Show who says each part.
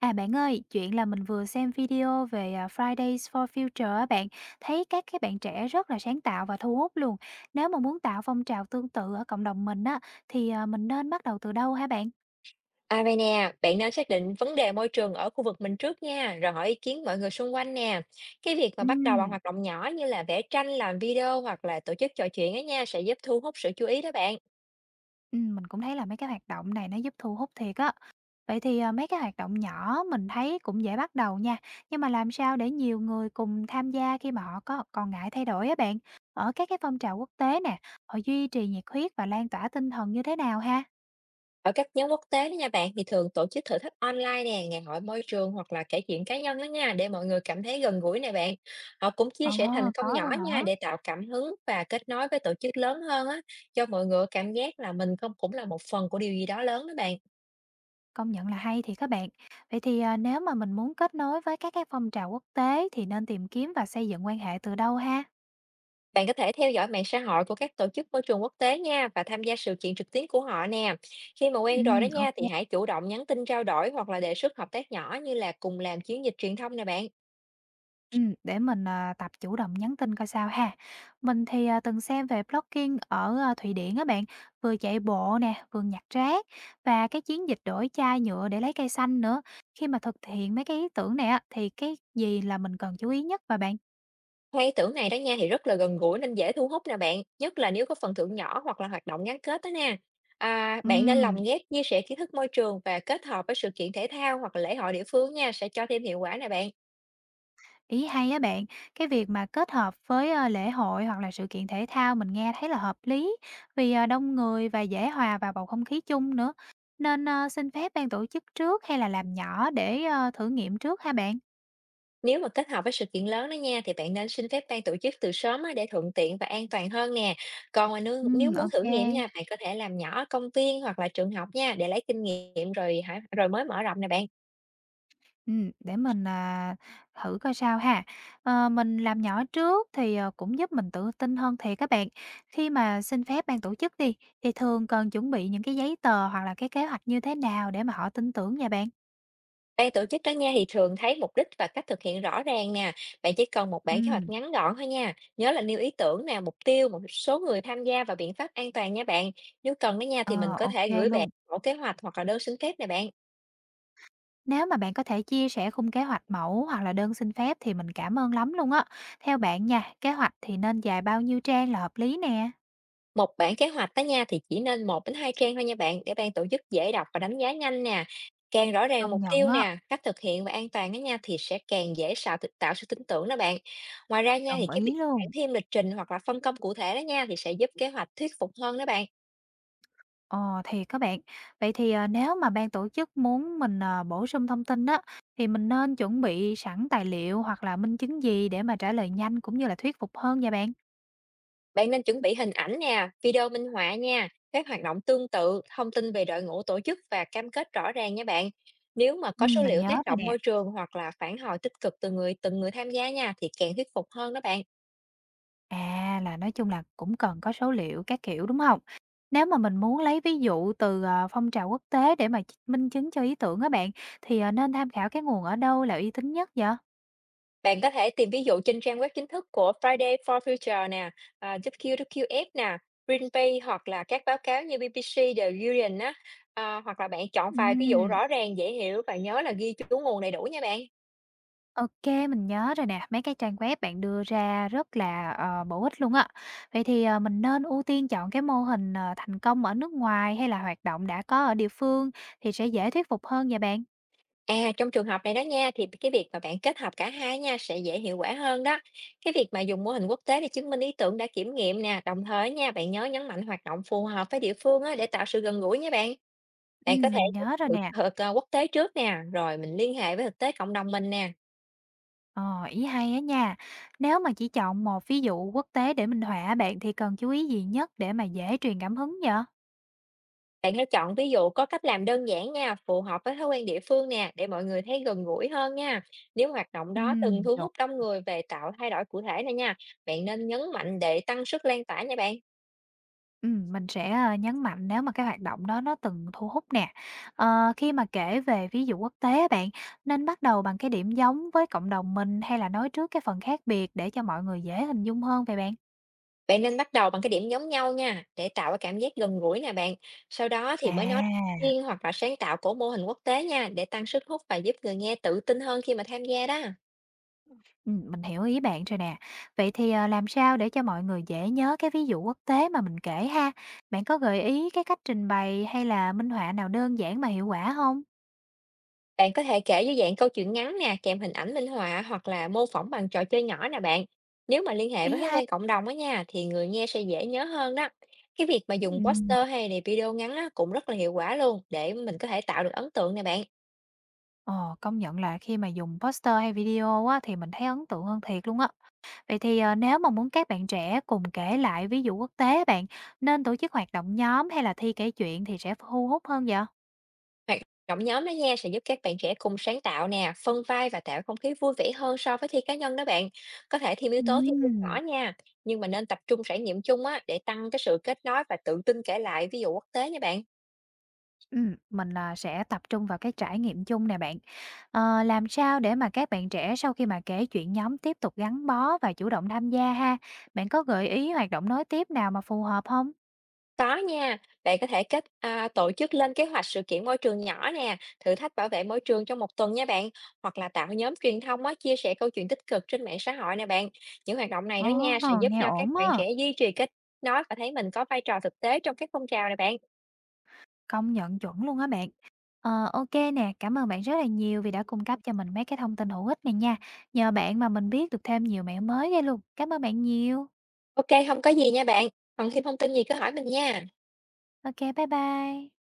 Speaker 1: À, bạn ơi, chuyện là mình vừa xem video về, Fridays for Future á bạn, thấy các cái bạn trẻ rất là sáng tạo và thu hút luôn. Nếu mà muốn tạo phong trào tương tự ở cộng đồng mình á, thì, mình nên bắt đầu từ đâu hả bạn?
Speaker 2: À, vậy nè, bạn nên xác định vấn đề môi trường ở khu vực mình trước nha, rồi hỏi ý kiến mọi người xung quanh nè. Cái việc mà bắt đầu bằng
Speaker 1: Ừm,
Speaker 2: hoạt động nhỏ như là vẽ tranh, làm video hoặc là tổ chức trò chuyện á nha sẽ giúp thu hút sự chú ý đó bạn.
Speaker 1: ừm, mình cũng thấy là mấy cái hoạt động này nó giúp thu hút thiệt á. Vậy thì, mấy cái hoạt động nhỏ mình thấy cũng dễ bắt đầu nha, nhưng mà làm sao để nhiều người cùng tham gia khi mà họ có còn ngại thay đổi á bạn? Ở các cái phong trào quốc tế nè, họ duy trì nhiệt huyết và lan tỏa tinh thần như thế nào ha?
Speaker 2: Ở các nhóm quốc tế đó nha bạn thì thường tổ chức thử thách online nè, ngày hội môi trường hoặc là kể chuyện cá nhân đó nha để mọi người cảm thấy gần gũi nè bạn. Họ cũng chia
Speaker 1: Ờ,
Speaker 2: sẻ thành công
Speaker 1: có
Speaker 2: nhỏ
Speaker 1: luôn hả?
Speaker 2: nha để tạo cảm hứng và kết nối với tổ chức lớn hơn á, cho mọi người cảm giác là mình không cũng là một phần của điều gì đó lớn đó bạn.
Speaker 1: Công nhận là hay thì các bạn. Vậy thì, nếu mà mình muốn kết nối với các cái phong trào quốc tế thì nên tìm kiếm và xây dựng quan hệ từ đâu ha?
Speaker 2: Bạn có thể theo dõi mạng xã hội của các tổ chức môi trường quốc tế nha và tham gia sự kiện trực tuyến của họ nè. Khi mà quen rồi đó
Speaker 1: Ô
Speaker 2: nha thì
Speaker 1: kê,
Speaker 2: hãy chủ động nhắn tin trao đổi hoặc là đề xuất hợp tác nhỏ như là cùng làm chiến dịch truyền thông nè bạn.
Speaker 1: để mình, tập chủ động nhắn tin coi sao ha. Mình thì, từng xem về blogging ở, Thụy Điển á bạn, vừa chạy bộ nè, vừa nhặt rác và cái chiến dịch đổi chai nhựa để lấy cây xanh nữa. Khi mà thực hiện mấy cái ý tưởng này á, thì cái gì là mình cần chú ý nhất và bạn?
Speaker 2: Hai ý tưởng này đó nha thì rất là gần gũi nên dễ thu hút nè bạn, nhất là nếu có phần thưởng nhỏ hoặc là hoạt động gắn kết đó nè. À, bạn nên
Speaker 1: Ừm.
Speaker 2: lồng ghép chia sẻ kiến thức môi trường và kết hợp với sự kiện thể thao hoặc là lễ hội địa phương nha sẽ cho thêm hiệu quả nè bạn.
Speaker 1: Ý hay á bạn, cái việc mà kết hợp với, lễ hội hoặc là sự kiện thể thao mình nghe thấy là hợp lý, vì, đông người và dễ hòa vào bầu không khí chung nữa. Nên, xin phép ban tổ chức trước hay là làm nhỏ để, thử nghiệm trước ha bạn?
Speaker 2: Nếu mà kết hợp với sự kiện lớn đó nha, thì bạn nên xin phép ban tổ chức từ sớm á, để thuận tiện và an toàn hơn nè. Còn mà nếu,
Speaker 1: Ừ,
Speaker 2: nếu muốn
Speaker 1: ok,
Speaker 2: thử
Speaker 1: kê,
Speaker 2: nghiệm nha, bạn có thể làm nhỏ ở công viên hoặc là trường học nha, để lấy kinh nghiệm rồi hả, rồi mới mở rộng nè bạn.
Speaker 1: để mình, thử coi sao ha. Ờ, mình làm nhỏ trước thì, cũng giúp mình tự tin hơn thiệt các bạn. Khi mà xin phép ban tổ chức đi, thì thường cần chuẩn bị những cái giấy tờ hoặc là cái kế hoạch như thế nào để mà họ tin tưởng nha bạn?
Speaker 2: Ban tổ chức đó nha thì thường thấy mục đích và cách thực hiện rõ ràng nè. Bạn chỉ cần một
Speaker 1: Ừ.
Speaker 2: bản kế hoạch ngắn gọn thôi nha. Nhớ là nêu ý tưởng nè, mục tiêu, một số người tham gia và biện pháp an toàn nha bạn. Nếu cần đó nha
Speaker 1: Ờ,
Speaker 2: thì mình có
Speaker 1: ô
Speaker 2: thể gửi bạn
Speaker 1: luôn.
Speaker 2: mẫu kế hoạch hoặc là đơn xin phép nè bạn.
Speaker 1: Nếu mà bạn có thể chia sẻ khung kế hoạch mẫu hoặc là đơn xin phép thì mình cảm ơn lắm luôn á. Theo bạn nha, kế hoạch thì nên dài bao nhiêu trang là hợp lý nè?
Speaker 2: Một bản kế hoạch đó nha thì chỉ nên một đến hai trang thôi nha bạn, để ban tổ chức dễ đọc và đánh giá nhanh nè. Càng rõ ràng
Speaker 1: Công
Speaker 2: mục
Speaker 1: nhận
Speaker 2: tiêu
Speaker 1: á,
Speaker 2: nè, cách thực hiện và an toàn đó nha thì sẽ càng dễ tạo tạo sự tin tưởng đó bạn. Ngoài ra nha thì
Speaker 1: đồng
Speaker 2: cái việc
Speaker 1: ý
Speaker 2: bạn
Speaker 1: luôn.
Speaker 2: thêm lịch trình hoặc là phân công cụ thể đó nha thì sẽ giúp kế hoạch thuyết phục hơn đó bạn.
Speaker 1: Ờ, thì các bạn. Vậy thì, nếu mà ban tổ chức muốn mình, bổ sung thông tin á, thì mình nên chuẩn bị sẵn tài liệu hoặc là minh chứng gì để mà trả lời nhanh cũng như là thuyết phục hơn nha bạn?
Speaker 2: Bạn nên chuẩn bị hình ảnh nè, video minh họa nha, các hoạt động tương tự, thông tin về đội ngũ tổ chức và cam kết rõ ràng nha bạn. Nếu mà có số
Speaker 1: Mình
Speaker 2: liệu
Speaker 1: nhớ
Speaker 2: tác
Speaker 1: rồi
Speaker 2: động
Speaker 1: nè.
Speaker 2: môi trường hoặc là phản hồi tích cực từ người tham gia nha thì càng thuyết phục hơn đó bạn.
Speaker 1: À, là nói chung là cũng cần có số liệu các kiểu, đúng không? Nếu mà mình muốn lấy ví dụ từ, phong trào quốc tế để mà minh chứng cho ý tưởng á bạn, thì, nên tham khảo cái nguồn ở đâu là uy tín nhất vậy?
Speaker 2: Bạn có thể tìm ví dụ trên trang web chính thức của Friday for Future nè, à, WQF nè, Greenpeace hoặc là các báo cáo như BBC, The Guardian á, à, hoặc là bạn chọn vài ví dụ
Speaker 1: Ừm.
Speaker 2: rõ ràng, dễ hiểu và nhớ là ghi chú nguồn đầy đủ nha bạn.
Speaker 1: Ok, mình nhớ rồi nè, mấy cái trang web bạn đưa ra rất là, bổ ích luôn á. Vậy thì, mình nên ưu tiên chọn cái mô hình, thành công ở nước ngoài hay là hoạt động đã có ở địa phương thì sẽ dễ thuyết phục hơn vậy bạn?
Speaker 2: À, trong trường hợp này đó nha, thì cái việc mà bạn kết hợp cả hai nha sẽ dễ hiệu quả hơn đó. Cái việc mà dùng mô hình quốc tế để chứng minh ý tưởng đã kiểm nghiệm nè, đồng thời nha, bạn nhớ nhấn mạnh hoạt động phù hợp với địa phương á, để tạo sự gần gũi nha bạn. Bạn có thể
Speaker 1: Mình nhớ rồi nè.
Speaker 2: quốc tế trước nè, rồi mình liên hệ với thực tế cộng đồng mình nè.
Speaker 1: Ờ, ý hay á nha. Nếu mà chỉ chọn một ví dụ quốc tế để minh họa bạn thì cần chú ý gì nhất để mà dễ truyền cảm hứng vậy?
Speaker 2: Bạn hãy chọn ví dụ có cách làm đơn giản nha, phù hợp với thói quen địa phương nè, để mọi người thấy gần gũi hơn nha. Nếu hoạt động đó từng thu
Speaker 1: Được.
Speaker 2: hút đông người về tạo thay đổi cụ thể này nha, bạn nên nhấn mạnh để tăng sức lan tỏa nha bạn.
Speaker 1: Mình sẽ nhấn mạnh nếu mà cái hoạt động đó nó từng thu hút nè. Ờ, khi mà kể về ví dụ quốc tế á bạn nên bắt đầu bằng cái điểm giống với cộng đồng mình hay là nói trước cái phần khác biệt để cho mọi người dễ hình dung hơn vậy bạn?
Speaker 2: Bạn nên bắt đầu bằng cái điểm giống nhau nha, để tạo cái cảm giác gần gũi nè bạn. Sau đó thì mới nói
Speaker 1: À.
Speaker 2: riêng hoặc là sáng tạo của mô hình quốc tế nha, để tăng sức hút và giúp người nghe tự tin hơn khi mà tham gia đó.
Speaker 1: Mình hiểu ý bạn rồi nè. Vậy thì, làm sao để cho mọi người dễ nhớ cái ví dụ quốc tế mà mình kể ha? Bạn có gợi ý cái cách trình bày hay là minh họa nào đơn giản mà hiệu quả không?
Speaker 2: Bạn có thể kể dưới dạng câu chuyện ngắn nè, kèm hình ảnh minh họa hoặc là mô phỏng bằng trò chơi nhỏ nè bạn. Nếu mà liên hệ với
Speaker 1: Ý
Speaker 2: thói
Speaker 1: hay.
Speaker 2: quen cộng đồng á nha, thì người nghe sẽ dễ nhớ hơn đó. Cái việc mà dùng
Speaker 1: Ừm,
Speaker 2: poster hay là video ngắn á, cũng rất là hiệu quả luôn để mình có thể tạo được ấn tượng nè bạn.
Speaker 1: ờ, công nhận là khi mà dùng poster hay video á, thì mình thấy ấn tượng hơn thiệt luôn á. Vậy thì, nếu mà muốn các bạn trẻ cùng kể lại ví dụ quốc tế bạn, nên tổ chức hoạt động nhóm hay là thi kể chuyện thì sẽ thu hút hơn vậy?
Speaker 2: Hoạt động nhóm đó nha sẽ giúp các bạn trẻ cùng sáng tạo nè, phân vai và tạo không khí vui vẻ hơn so với thi cá nhân đó bạn. Có thể thêm yếu tố thi đua
Speaker 1: Ừm.
Speaker 2: nhỏ nha, nhưng mà nên tập trung trải nghiệm chung á để tăng cái sự kết nối và tự tin kể lại ví dụ quốc tế nha bạn.
Speaker 1: Mình là sẽ tập trung vào cái trải nghiệm chung nè bạn. Ờ, làm sao để mà các bạn trẻ sau khi mà kể chuyện nhóm tiếp tục gắn bó và chủ động tham gia ha? Bạn có gợi ý hoạt động nối tiếp nào mà phù hợp không?
Speaker 2: Có nha, bạn có thể tổ chức lên kế hoạch sự kiện môi trường nhỏ nè, thử thách bảo vệ môi trường trong một tuần nha bạn, hoặc là tạo nhóm truyền thông á, chia sẻ câu chuyện tích cực trên mạng xã hội nè bạn. Những hoạt động này
Speaker 1: Ồ,
Speaker 2: đó nha sẽ giúp
Speaker 1: nghe
Speaker 2: cho các
Speaker 1: ổn
Speaker 2: bạn
Speaker 1: á,
Speaker 2: trẻ duy trì kết nối và thấy mình có vai trò thực tế trong các phong trào này bạn.
Speaker 1: công nhận chuẩn luôn á bạn. Ờ, ô nè, cảm ơn bạn rất là nhiều vì đã cung cấp cho mình mấy cái thông tin hữu ích này nha. Nhờ bạn mà mình biết được thêm nhiều mẹo mới ghê luôn. Cảm ơn bạn nhiều.
Speaker 2: Ok, không có gì nha bạn. Còn thêm thông tin gì cứ hỏi mình nha.
Speaker 1: Ok, bye bye.